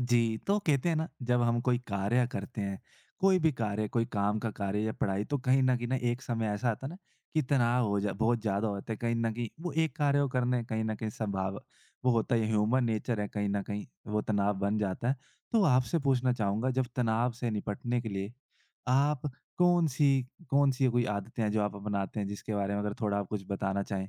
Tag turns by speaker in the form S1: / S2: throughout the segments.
S1: जी, तो कहते हैं ना, जब हम कोई कार्य करते हैं, कोई भी कार्य, कोई काम का कार्य या पढ़ाई, तो कहीं न कहीं ना एक समय ऐसा आता है ना कि तनाव हो जा बहुत ज़्यादा होता है। कहीं न कहीं वो एक कार्य को करने कहीं न कहीं संभाव वो होता है, ह्यूमन नेचर है कहीं न कहीं, वो तनाव बन जाता है। तो आपसे पूछना चाहूँगा, जब तनाव से निपटने के लिए आप कौन-सी कौन-सी कोई आदतें हैं जो आप अपनाते हैं, जिसके बारे में अगर थोड़ा आप कुछ बताना चाहें?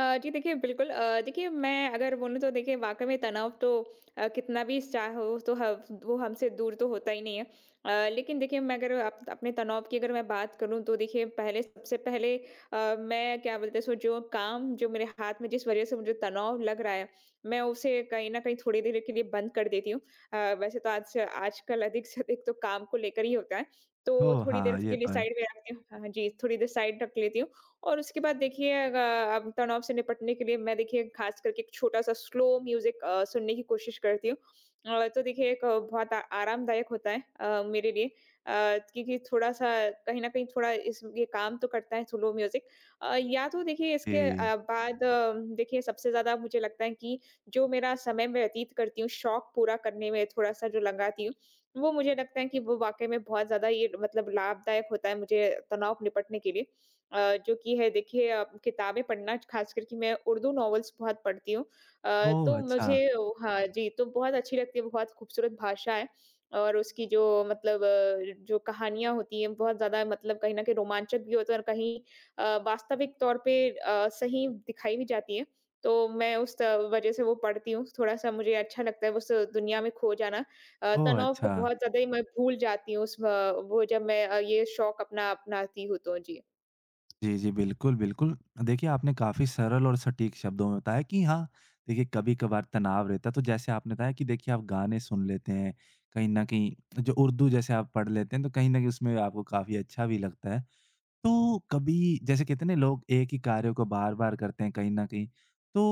S2: जी देखिए बिल्कुल देखिए मैं अगर बोलूँ तो देखिए वाक़ई में तनाव तो कितना भी चाह हो तो ह वो हमसे दूर तो होता ही नहीं है। लेकिन देखिए मैं अगर अप अपने तनाव की अगर मैं बात करूँ तो देखिए पहले सबसे पहले मैं क्या बोलते हैं सो जो काम जो मेरे हाथ में जिस वज़ह से मुझे तनाव लग रहा है, मैं उसे कहीं न कहीं थोड़ी देर के लिए बंद कर देती हूँ। वैसे तो आज से आजकल अधिक से अधिक तो काम को लेकर ही होता है, तो
S1: ओह!
S2: थोड़ी देर
S1: हाँ, ये
S2: के लिए
S1: तो है।
S2: साइड में रखती हूँ हाँ जी, थोड़ी देर साइड रख लेती हूँ। और उसके बाद देखिए अग अब तनाव से निपटने के लिए मैं देखिए ख़ास करके एक छोटा-सा स्लो म्यूज़िक सुनने की कोशिश करती हूँ। तो देखिए एक बहुत आ आरामदायक होता है मेरे लिए अ, क्योंकि थोड़ा-सा कहीं न कहीं थोड़ा इस ये काम तो करता है स्लो म्यूज़िक। या तो देखिए इसके
S1: जी।
S2: बाद देखिए सबसे ज़्यादा मुझे लगता है कि जो मेरा समय मैं व्यतीत करती हूँ, शौक पूरा करने में थोड़ा-सा जो लगाती हूँ, वो मुझे लगता है कि वो वाक़ई में बहुत ज़्यादा ये मतलब लाभदायक होता है मुझे तनाव निपटने के लिए। जो कि है देखिए किताबें पढ़ना खास करके मैं उर्दू नॉवेल्स बहुत पढ़ती हूँ।
S1: ओह!
S2: तो मुझे
S1: अच्छा।
S2: ओ, हाँ जी, तो बहुत अच्छी लगती है, बहुत खूबसूरत भाषा है और उसकी जो मतलब जो कहानियाँ होती हैं बहुत ज़्यादा मतलब कहीं न कहीं रोमांचक भी होता है और कहीं वास्तविक तौर पे सही दिखाई भी जाती है। तो मैं उस त वज़ह से वो पढ़ती हूँ, थोड़ा-सा मुझे अच्छा लगता है उस दुनिया में खो जाना।
S1: ओह!
S2: तनाव को
S1: अच्छा।
S2: बहुत ज़्यादा ही मैं भूल जाती हूँ उस व वो जब मैं ये शौक अपनाती हूँ तो। जी।
S1: जी, जी। बिल्कुल, बिल्कुल। देखिए, आपने काफ़ी सरल और सटीक शब्दों में बताया कि हाँ, देखिए कभी-कभार तनाव रहता है। तो जैसे आपने बताया कि देखिए आप गाने सुन लेते हैं, कहीं न कहीं जो उर्दू जैसे आप पढ़ लेते हैं, तो कहीं न कहीं उसमें आपको काफ़ी अच्छा भी लगता है। तो कभी जैसे कहते हैं ना लोग एक ही कार्य को बार बार करते हैं कहीं ना कहीं, तो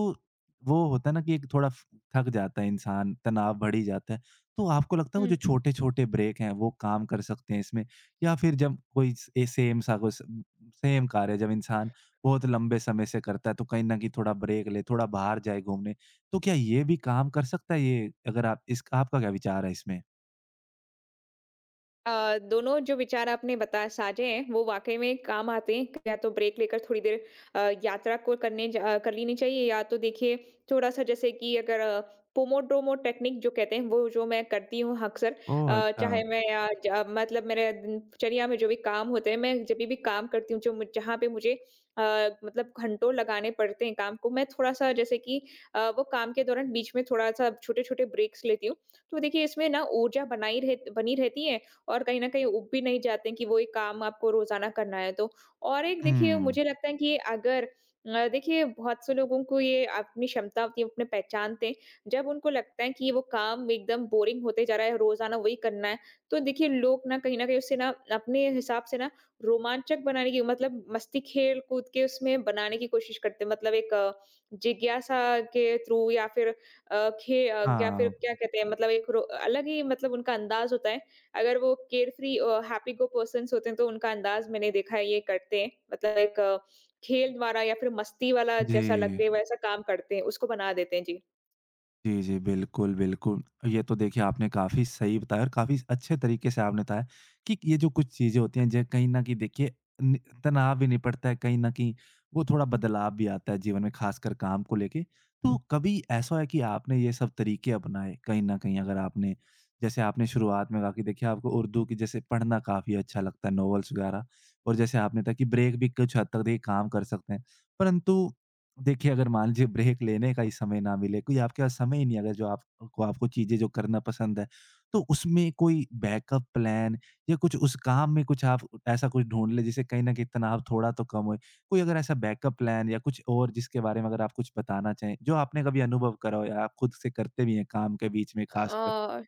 S1: वो होता है ना कि एक थोड़ा थक जाता है इंसान, तनाव बढ़ी जाता है। तो आपको लगता है वो
S2: हम्म।
S1: जो छोटे छोटे ब्रेक हैं वो काम कर सकते हैं इसमें, या फिर जब कोई सेम सा कोई सेम कार्य जब इंसान बहुत लंबे समय से करता है तो कहीं ना कहीं थोड़ा ब्रेक ले, थोड़ा बाहर जाए घूमने, तो क्या ये भी काम कर सकता है? ये अगर आप, इसका आपका क्या विचार है इसमें?
S2: दोनों जो विचार आपने बताए साझे हैं वो वाकई में काम आते हैं। या तो ब्रेक लेकर थोड़ी देर यात्रा को कर लेनी चाहिए या तो देखिए थोड़ा सा जैसे कि अगर पोमोड्रोमो टेक्निक जो कहते हैं वो जो मैं करती हूँ अक्सर।
S1: ओह अच्छा।
S2: चाहे मैं मतलब मेरे दिनचर्या में जो भी काम होते हैं, मैं जभी भी काम करती हूँ जो मु जहाँ पे मुझे अ, मतलब घंटों लगाने पड़ते हैं काम को, मैं थोड़ा-सा जैसे कि वो काम के दौरान बीच में थोड़ा-सा छोटे-छोटे ब्रेक्स लेती हूँ। तो देखिए इसमें ना ऊर्जा बनाई रह बनी रहती है और कहीं न कहीं उब भी नहीं जाते कि वो एक काम आपको रोज़ाना करना है तो। और एक देखिए
S1: हम्म।
S2: मुझे लगता है कि अगर देखिए बहुत से लोगों को ये अपनी क्षमता होती है, अपने पहचानते हैं, जब उनको लगता है कि वो काम एकदम बोरिंग होते जा रहा है, रोज़ाना वही करना है, तो देखिए लोग ना कहीं न कहीं उससे ना अपने हिसाब से ना रोमांचक बनाने की मतलब मस्ती खेल-कूद के उसमें बनाने की कोशिश करते हैं। मतलब एक जिज्ञासा के थ्रू या फिर या फिर
S1: हाँ।
S2: क्या कहते हैं मतलब एक रो अलग ही मतलब उनका अंदाज़ होता है। अगर वो care free happy go persons होते हैं तो उनका अंदाज मैंने देखा है ये करते हैं मतलब एक खेल द्वारा या फिर मस्ती वाला जैसा
S1: जी।
S2: लगे वैसा काम करते हैं उसको बना देते हैं जी।
S1: जी, जी। बिल्कुल, बिल्कुल। ये तो देखिए आपने काफ़ी सही बताया और काफ़ी अच्छे तरीके से आपने बताया कि ये जो कुछ चीज़ें होती हैं, जो कहीं न कहीं देखिए नि तनाव भी निपटता है, कहीं न कहीं वो थोड़ा बदलाव भी आता है जीवन में, ख़ासकर काम को लेके। तो कभी ऐसा हुआ है कि आपने ये सब तरीके अपनाए कहीं न कहीं? अगर आपने, जैसे आपने शुरुआत में कहा कि देखिए आपको उर्दू की जैसे पढ़ना काफ़ी अच्छा लगता है, नॉवेल्स वग़ैरह, और जैसे आपने बताया कि ब्रेक भी कुछ हद तक देखिए काम कर सकते हैं। परंतु देखिए, अगर मान लीजिए ब्रेक लेने का ही समय ना मिले, कोई आपके पास समय ही नहीं, अगर जो आप को आपको चीज़ें जो करना पसंद है, तो उसमें कोई बैकअप प्लान या कुछ उस काम में, कुछ आप ऐसा कुछ ढूँढ लें जिससे कहीं न कहीं तनाव थोड़ा तो कम होए? कोई अगर ऐसा बैकअप प्लान या कुछ और जिसके बारे में अगर आप कुछ बताना चाहें, जो आपने कभी अनुभव करा हो या आप खुद से करते भी हैं काम के बीच में खासकर?
S2: अ,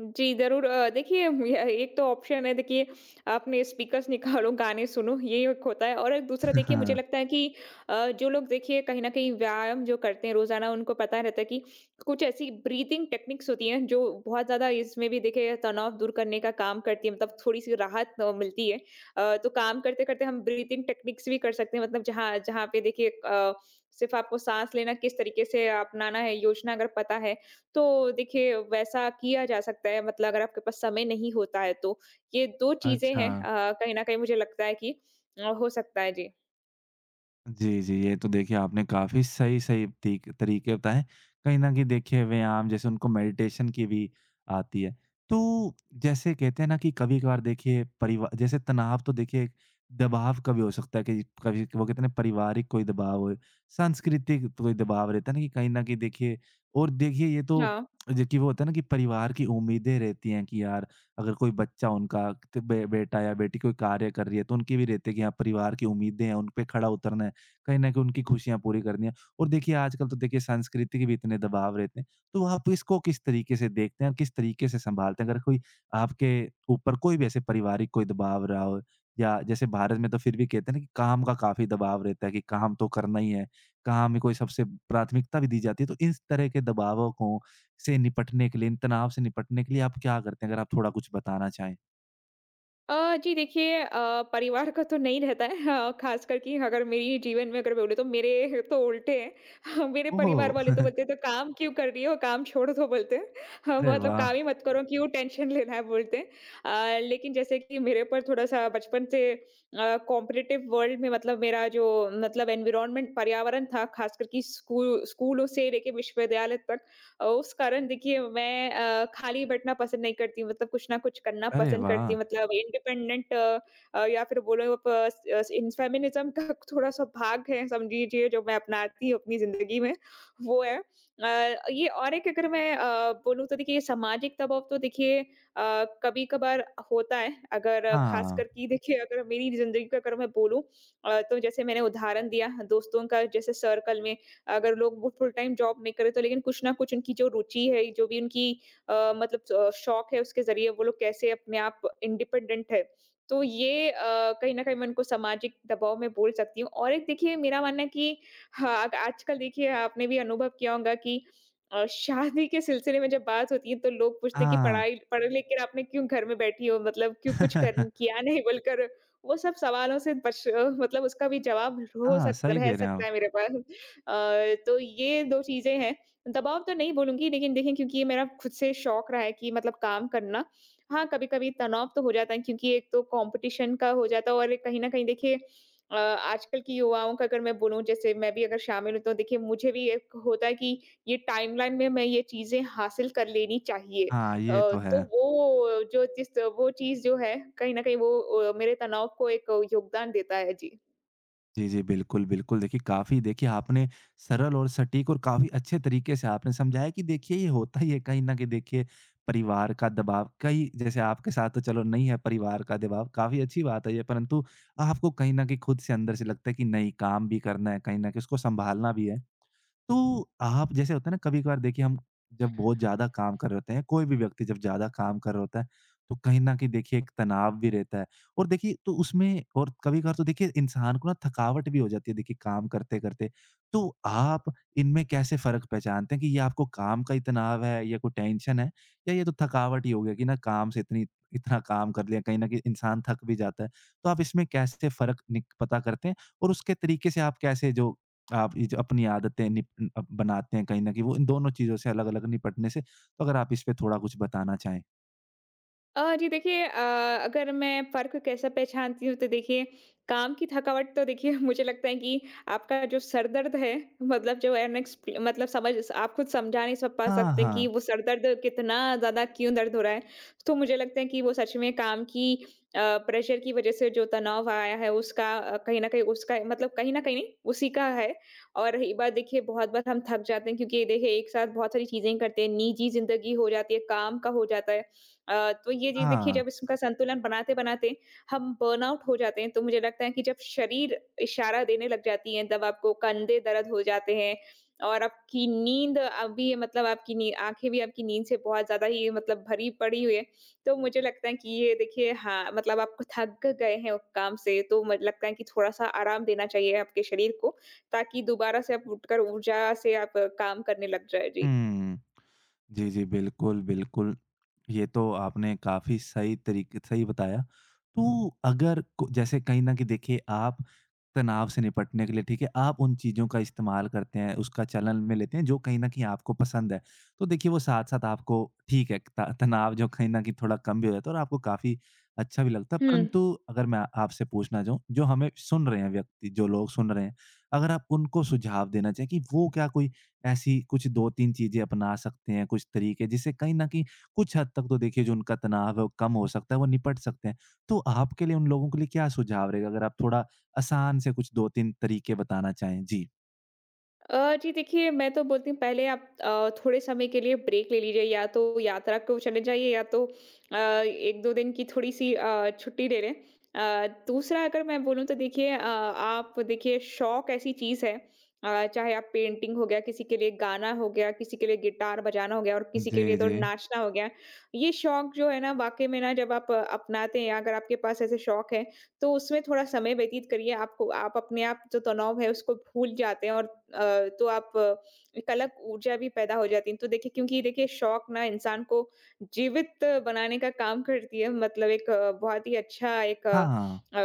S2: जी, ज़रूर देखिए य एक तो ऑप्शन है देखिए आपने स्पीकर्स निकालो, गाने सुनो, ये एक होता है और एक दूसरा देखिए मुझे
S1: हाँ,
S2: लगता है कि जो लोग देखिए कहीं न कहीं व्यायाम जो करते हैं रोज़ाना उनको पता रहता है कि कुछ ऐसी ब्रीथिंग टेक्निक्स होती हैं जो बहुत ज़्यादा इसमें भी देखिए तनाव दूर करने का काम करती है मतलब थोड़ी-सी राहत मिलती है। तो काम करते-करते हम ब्रीथिंग टेक्निक्स भी कर सकते हैं मतलब जहाँ जहाँ पे देखिए सिर्फ़ आपको साँस लेना किस तरीके से अपनाना है, योजना अगर पता है तो देखिए वैसा किया जा सकता है मतलब अगर आपके पास समय नहीं होता है तो। ये 2 चीज़ें
S1: अच्छा।
S2: हैं कहीं न कहीं मुझे लगता है कि हो सकता है। जी।
S1: जी, जी। ये तो देखिए आपने काफ़ी सही-सही तीक तरीके बताएँ। कहीं न कहीं देखिए व्यायाम जैसे उनको मेडिटेशन की भी आती है। तो जैसे कहते हैं ना कि कभी-कभार देखिए परिवा जैसे तनाव तो देखिए एक दबाव का भी हो सकता है, कि कभी वो कहते हैं ना पारिवारिक कोई दबाव हो, सांस्कृतिक तो कोई दबाव रहता है ना कि कहीं न कहीं देखिए, और देखिए ये तो
S2: हाँ।
S1: जो कि वो होता है ना कि परिवार की उम्मीदें रहती हैं कि यार अगर कोई बच्चा उनका त बे बेटा या बेटी कोई कार्य कर रही है तो उनकी भी रहती है कि हाँ, परिवार की उम्मीदें हैं, उन पे खड़ा उतरना है। कहीं न कहीं उनकी खुशियाँ पूरी करनी है। और देखिए आजकल तो देखिए संस्कृति के भी इतने दबाव रहते हैं, तो आप इसको किस तरीके से देखते हैं और किस तरीके से सँभालते हैं? अगर कोई आपके ऊपर कोई भी ऐसे पारिवारिक कोई दबाव रहा हो, या जैसे भारत में तो फिर भी कहते हैं ना कि काम का काफ़ी दबाव रहता है कि काम तो करना ही है, काम ही कोई सबसे प्राथमिकता भी दी जाती है। तो इस तरह के दबावों को, से निपटने के लिए, इन तनाव से निपटने के लिए आप क्या करते हैं? अगर आप थोड़ा कुछ बताना चाहें?
S2: जी देखिए परिवार का तो नहीं रहता है हाँ, ख़ासकर कि अगर मेरी जीवन में अगर बोले तो मेरे तो उल्टे हैं। हाँ, मेरे परिवार
S1: ओह!
S2: वाले तो बोलते हैं, "तो काम क्यों कर रही हो? काम छोड़ दो" बोलते हैं। हाँ,
S1: अरे
S2: मतलब
S1: वाह!
S2: काम ही मत करो, क्यों टेंशन लेना है बोलते हैं। लेकिन जैसे कि मेरे ऊपर थोड़ा-सा बचपन से कॉम्पिटिटिव वर्ल्ड में मतलब मेरा जो मतलब एनवायरनमेंट पर्यावरण था, ख़ासकर कि स्कूलों से लेके विश्वविद्यालय तक उस कारण देखिए मैं खाली बैठना पसंद नहीं करती हूँ, मतलब कुछ ना कुछ करना
S1: अरे
S2: पसंद करती
S1: वाह!
S2: हूँ, मतलब इंडिपेंडेंट या फिर बोलो आप इन फेमिनिज़्म का थोड़ा-सा भाग है समझिए जो मैं अपनाती हूँ अपनी ज़िंदगी में, वो है। ये और एक अगर मैं बोलूँ तो देखिए सामाजिक दबाव तो देखिए कभी-कभार होता है, अगर खासकर
S1: हाँ,
S2: कि देखिए अगर मेरी ज़िंदगी का अगर मैं बोलूँ तो जैसे मैंने उदाहरण दिया दोस्तों का जैसे सर्कल में अगर लोग वो फुल टाइम जॉब नहीं करें तो लेकिन कुछ ना कुछ उनकी जो रुचि है, जो भी उनकी मतलब शौक है उसके ज़रिए वो लोग कैसे अपने आप इंडिपेंडेंट है। तो ये कहीं न कहीं मैं उनको सामाजिक दबाव में बोल सकती हूँ और एक देखिए मेरा मानना है कि हाँ, आजकल देखिए आपने भी अनुभव किया होगा कि शादी के सिलसिले में जब बात होती है तो लोग पूछते हैं कि
S1: हाँ।
S2: पढ़ाई पढ़ लिख कर आपने क्यों घर में बैठी हो मतलब क्यों कुछ कर किया नहीं बोलकर वो सब सवालों से मतलब उसका भी जवाब हो
S1: हाँ,
S2: सकता
S1: सही
S2: रह
S1: कह रहे हैं
S2: सकता
S1: आप।
S2: है मेरे पास। तो ये 2 चीज़ें हैं। दबाव तो नहीं बोलूँगी लेकिन देखें क्योंकि ये मेरा खुद से शौक रहा है कि मतलब काम करना। हाँ, कभी-कभी तनाव तो हो जाता है क्योंकि एक तो कॉम्पिटिशन का हो जाता है और एक कहीं न कहीं देखिए आजकल की युवाओं का अगर मैं बोलूँ जैसे मैं भी अगर शामिल हूँ तो देखिए मुझे भी एक होता है कि ये टाइमलाइन में मैं ये चीज़ें हासिल कर लेनी चाहिए।
S1: हाँ, ये तो है।
S2: तो वो चीज़ जो है कहीं न कहीं वो मेरे तनाव को एक योगदान देता है। जी।
S1: जी, जी, बिल्कुल, बिल्कुल। देखिए, काफ़ी देखिए आपने सरल और सटीक और काफ़ी अच्छे तरीके से आपने समझाया कि देखिए ये होता ही है कहीं न कहीं देखिए परिवार का दबाव कई, जैसे आपके साथ तो चलो नहीं है परिवार का दबाव, काफ़ी अच्छी बात है ये। परंतु आपको कहीं न कहीं खुद से अंदर से लगता है कि नहीं, काम भी करना है, कहीं न कहीं उसको सँभालना भी है। तो आप जैसे होता है ना कभी-कभार देखिए हम जब बहुत ज़्यादा काम कर रहे होते हैं, कोई भी व्यक्ति जब ज़्यादा काम कर रहा होता है, तो कहीं न कहीं देखिए एक तनाव भी रहता है, और देखिए तो उसमें, और कभी-कभार तो देखिए इंसान को ना थकावट भी हो जाती है देखिए काम करते-करते। तो आप इनमें कैसे फ़र्क पहचानते हैं कि ये आपको काम का ही तनाव है या कोई टेंशन है, या ये तो थकावट ही हो गया कि ना काम से इतनी इतना काम कर लिया कहीं न कहीं इंसान थक भी जाता है। तो आप इसमें कैसे फ़र्क निक पता करते हैं और उसके तरीके से आप कैसे जो आप ये जो अपनी आदतें बनाते हैं कहीं न कहीं, वो इन दोनों चीज़ों से अलग-अलग निपटने से, तो अगर आप इस पे थोड़ा कुछ बताना चाहें?
S2: जी देखिए अगर मैं फ़र्क कैसा पहचानती हूँ तो देखिए काम की थकावट तो देखिए मुझे लगता है कि आपका जो सर दर्द है मतलब जो अनएक्सप मतलब समझ आप खुद समझा नहीं सब पा
S1: हाँ,
S2: सकते कि
S1: हाँ।
S2: वो सर दर्द कितना ज़्यादा क्यों दर्द हो रहा है। तो मुझे लगता है कि वो सच में अ, प्रेशर की वज़ह से जो तनाव आया है उसका कहीं न कहीं उसका मतलब कहीं न कहीं नहीं उसी का है। और रही बात देखिए बहुत बार हम थक जाते हैं क्योंकि देखिए एक साथ बहुत सारी चीज़ें करते हैं, निजी ज़िंदगी हो जाती है, काम का हो जाता है। तो ये चीज़ देखिए
S1: हाँ।
S2: जब इसका संतुलन बनाते-बनाते हम बर्नआउट हो जाते हैं, तो मुझे लगता है कि जब शरीर इशारा देने लग जाती है, तब आपको कंधे दर्द हो जाते हैं और आपकी नींद अभी मतलब आपकी नी आँखें भी आपकी नींद से बहुत ज़्यादा ही मतलब भरी पड़ी हुई है। तो मुझे लगता है कि ये देखिए हाँ, मतलब आप थक गए हैं उस काम से, तो मुझे लगता है कि थोड़ा-सा आराम देना चाहिए आपके शरीर को, ताकि दोबारा से आप उठकर ऊर्जा से आप काम करने लग जाएँ। जी।
S1: हुँ। जी, जी, बिल्कुल, बिल्कुल। ये तो आपने काफ़ी सही तरीके सही बताया। तो अगर को जैसे कहीं न कहीं देखिए आप तनाव से निपटने के लिए, ठीक है, आप उन चीज़ों का इस्तेमाल करते हैं, उसका चलन में लेते हैं जो कहीं न कहीं आपको पसंद है। तो देखिए वो साथ-साथ आपको ठीक है, त तनाव जो कहीं न कहीं थोड़ा कम भी हो जाता है और आपको काफ़ी अच्छा भी लगता है।
S2: हुँ।
S1: परंतु अगर मैं आपसे पूछना चाहूँ, जो हमें सुन रहे हैं व्यक्ति, जो लोग सुन रहे हैं, अगर आप उनको सुझाव देना चाहें कि वो क्या कोई ऐसी कुछ 2-3 चीज़ें अपना सकते हैं, कुछ तरीके जिससे कहीं न कहीं कुछ हद तक तो देखिए जो उनका तनाव है वो कम हो सकता है, वो निपट सकते हैं। तो आपके लिए, उन लोगों के लिए क्या सुझाव रहेगा? अगर आप थोड़ा आसान से कुछ 2-3 तरीके बताना चाहें? जी।
S2: जी देखिए, मैं तो बोलती हूँ पहले आप थोड़े समय के लिए ब्रेक ले लीजिए या तो यात्रा को चले जाइए या तो एक-दो दिन की थोड़ी-सी छुट्टी ले लें। दूसरा अगर मैं बोलूँ तो देखिए आप देखिए शौक ऐसी चीज़ है चाहे आप पेंटिंग हो गया, किसी के लिए गाना हो गया, किसी के लिए गिटार बजाना हो गया और किसी के
S1: जी,
S2: लिए तो
S1: जी।
S2: नाचना हो गया। ये शौक जो है ना वाक़ई में ना जब आप अपनाते हैं, अगर आपके पास ऐसे शौक है तो उसमें थोड़ा समय व्यतीत करिए, आपको आप अपने आप जो तनाव है उसको भूल जाते हैं और तो एक अलग ऊर्जा भी पैदा हो जाती है। तो देखिए क्योंकि देखिए शौक ना इंसान को जीवित बनाने का काम करती है मतलब एक बहुत ही अच्छा
S1: हाँ,
S2: अ,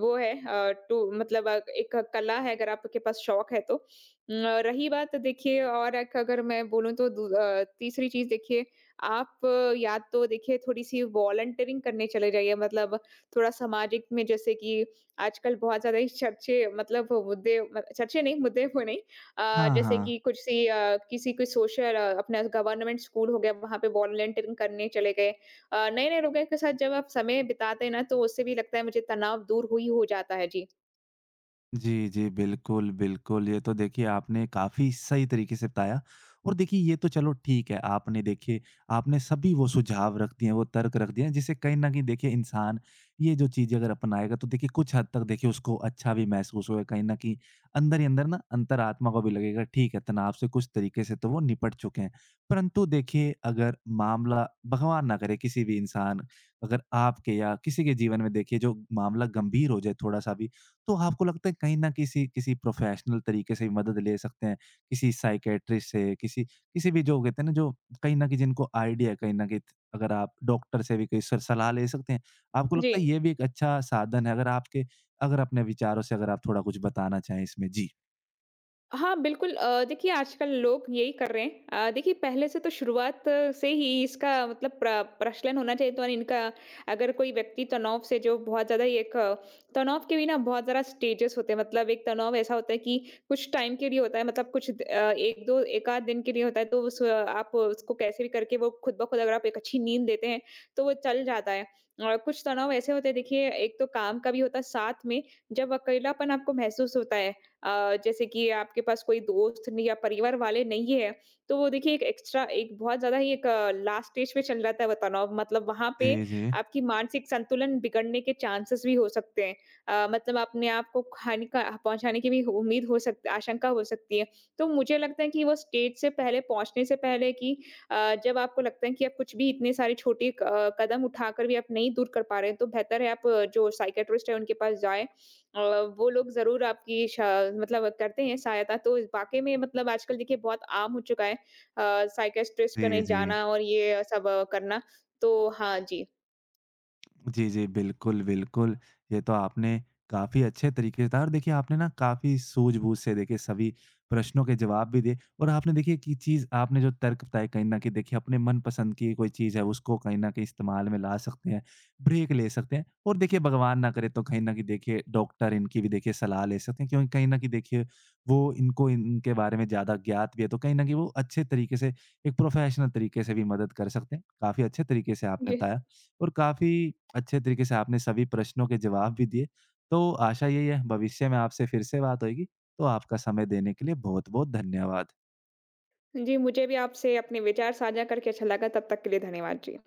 S2: वो है टू मतलब एक कला है अगर आपके पास शौक है तो। रही बात देखिए और एक अगर मैं बोलूँ तो तीसरी चीज़ देखिए आप या तो देखिए थोड़ी-सी वॉलंटियरिंग करने चले जाइए मतलब थोड़ा सामाजिक में जैसे कि आजकल बहुत ज़्यादा ही चर्चे मतलब वो मुद्दे म चर्चे नहीं मुद्दे वो नहीं
S1: हाँ,
S2: जैसे
S1: हाँ।
S2: कि किसी कोई सोशल अपना गवर्नमेंट स्कूल हो गया वहाँ पे वॉलंटियरिंग करने चले गए। नए-नए लोगों के साथ जब आप समय बिताते हैं ना तो उससे भी लगता है मुझे तनाव दूर हुई हो जाता है। जी।
S1: जी, जी। बिल्कुल, बिल्कुल। ये तो देखिए आपने काफ़ी सही तरीके से बताया, और देखिए ये तो चलो ठीक है, आपने देखिए आपने सभी वो सुझाव रख दिए हैं, वो तर्क रख दिए हैं जिससे कहीं न कहीं देखिए इंसान ये जो चीज़ें अगर अपनाएगा तो देखिए कुछ हद तक देखिए उसको अच्छा भी महसूस होगा, कहीं न कहीं अंदर ही अंदर ना अंतरात्मा को भी लगेगा ठीक है, तनाव से कुछ तरीके से तो वो निपट चुके हैं। परंतु देखिए अगर मामला भगवान ना करे किसी भी इंसान, अगर आपके या किसी के जीवन में देखिए जो मामला गंभीर हो जाए थोड़ा-सा भी, तो आपको लगता है कहीं न किसी किसी प्रोफ़ेशनल तरीके से भी मदद ले सकते हैं, किसी साइकियाट्रिस्ट से, किसी किसी भी जो कहते हैं ना जो कहीं न कहीं जिनको आइडिया है कहीं न कहीं, अगर आप डॉक्टर से भी कोई स सलाह ले सकते हैं। आपको
S2: जी।
S1: लगता है ये भी एक अच्छा साधन है? अगर आपके, अगर अपने विचारों से अगर आप थोड़ा कुछ बताना चाहें इसमें? जी।
S2: हाँ, बिल्कुल देखिए आजकल लोग यही कर रहे हैं। देखिए पहले से तो शुरुआत से ही इसका मतलब प्रचलन होना चाहिए तो इनका अगर कोई व्यक्ति तनाव से जो बहुत ज़्यादा तनाव के भी ना बहुत ज़्यादा स्टेजेस होते हैं। मतलब एक तनाव ऐसा होता है कि कुछ टाइम के लिए होता है मतलब एक-दो 1 आध दिन के लिए होता है तो उस आप उसको कैसे भी करके वो खुद ब खुद अगर आप एक अच्छी नींद देते हैं, तो वो चल जाता है। और कुछ तनाव ऐसे होते हैं देखिए एक तो काम का भी होता है साथ में जब अकेलापन आपको महसूस होता है जैसे कि आपके पास कोई दोस्त नहीं या परिवार वाले नहीं है, तो वो देखिए एक एक्स्ट्रा एक बहुत ज़्यादा ही एक लास्ट स्टेज पे चल जाता है वो तनाव मतलब वहाँ पे
S1: जी, जी।
S2: आपकी मानसिक संतुलन बिगड़ने के चांसेस भी हो सकते हैं। मतलब अपने आप को हानि का पहुँचाने की भी उम्मीद हो सक आशंका हो सकती है। तो मुझे लगता है कि वो स्टेज से पहले पहुँचने से पहले कि जब आपको लगता है कि आप कुछ भी इतने सारे छोटे कदम उठाकर भी आप नहीं दूर कर पा रहे हैं, तो बेहतर है आप जो साइकियाट्रिस्ट है उनके पास जाएँ अ, वो लोग ज़रूर आपकी शा मतलब करते हैं सहायता, तो वाक़ई में मतलब आजकल देखिए बहुत आम हो चुका है साइकियाट्रिस्ट कने
S1: जी, जी।
S2: जाना और ये सब करना। तो हाँ जी।
S1: जी, जी। बिल्कुल, बिल्कुल। ये तो आपने काफ़ी अच्छे तरीके से बताया, और देखिए आपने ना काफ़ी सूझबूझ से देखिए सभी प्रश्नों के जवाब भी दिए, और आपने देखिए कि चीज़ आपने जो तर्क बताए कहीं न कहीं देखिए अपने मनपसंद की कोई चीज़ है उसको कहीं न कहीं इस्तेमाल में ला सकते हैं, ब्रेक ले सकते हैं, और देखिए भगवान ना करे तो कहीं न कहीं देखिए डॉक्टर इनकी भी देखिए सलाह ले सकते हैं, क्योंकि कहीं न कहीं देखिए वो इनको, इनके बारे में ज़्यादा ज्ञात भी है तो कहीं न कहीं वो अच्छे तरीके से, एक प्रोफ़ेशनल तरीके से भी मदद कर सकते हैं। काफ़ी अच्छे तरीके से आपने
S2: जी,
S1: बताया। और काफ़ी अच्छे तरीके से आपने सभी प्रश्नों के जवाब भी दिए। तो आशा यही है भविष्य में आपसे फिर से बात होएगी। तो आपका समय देने के लिए बहुत-बहुत धन्यवाद।
S2: जी मुझे भी आपसे अपने विचार साझा करके अच्छा लगा, तब तक के लिए धन्यवाद जी।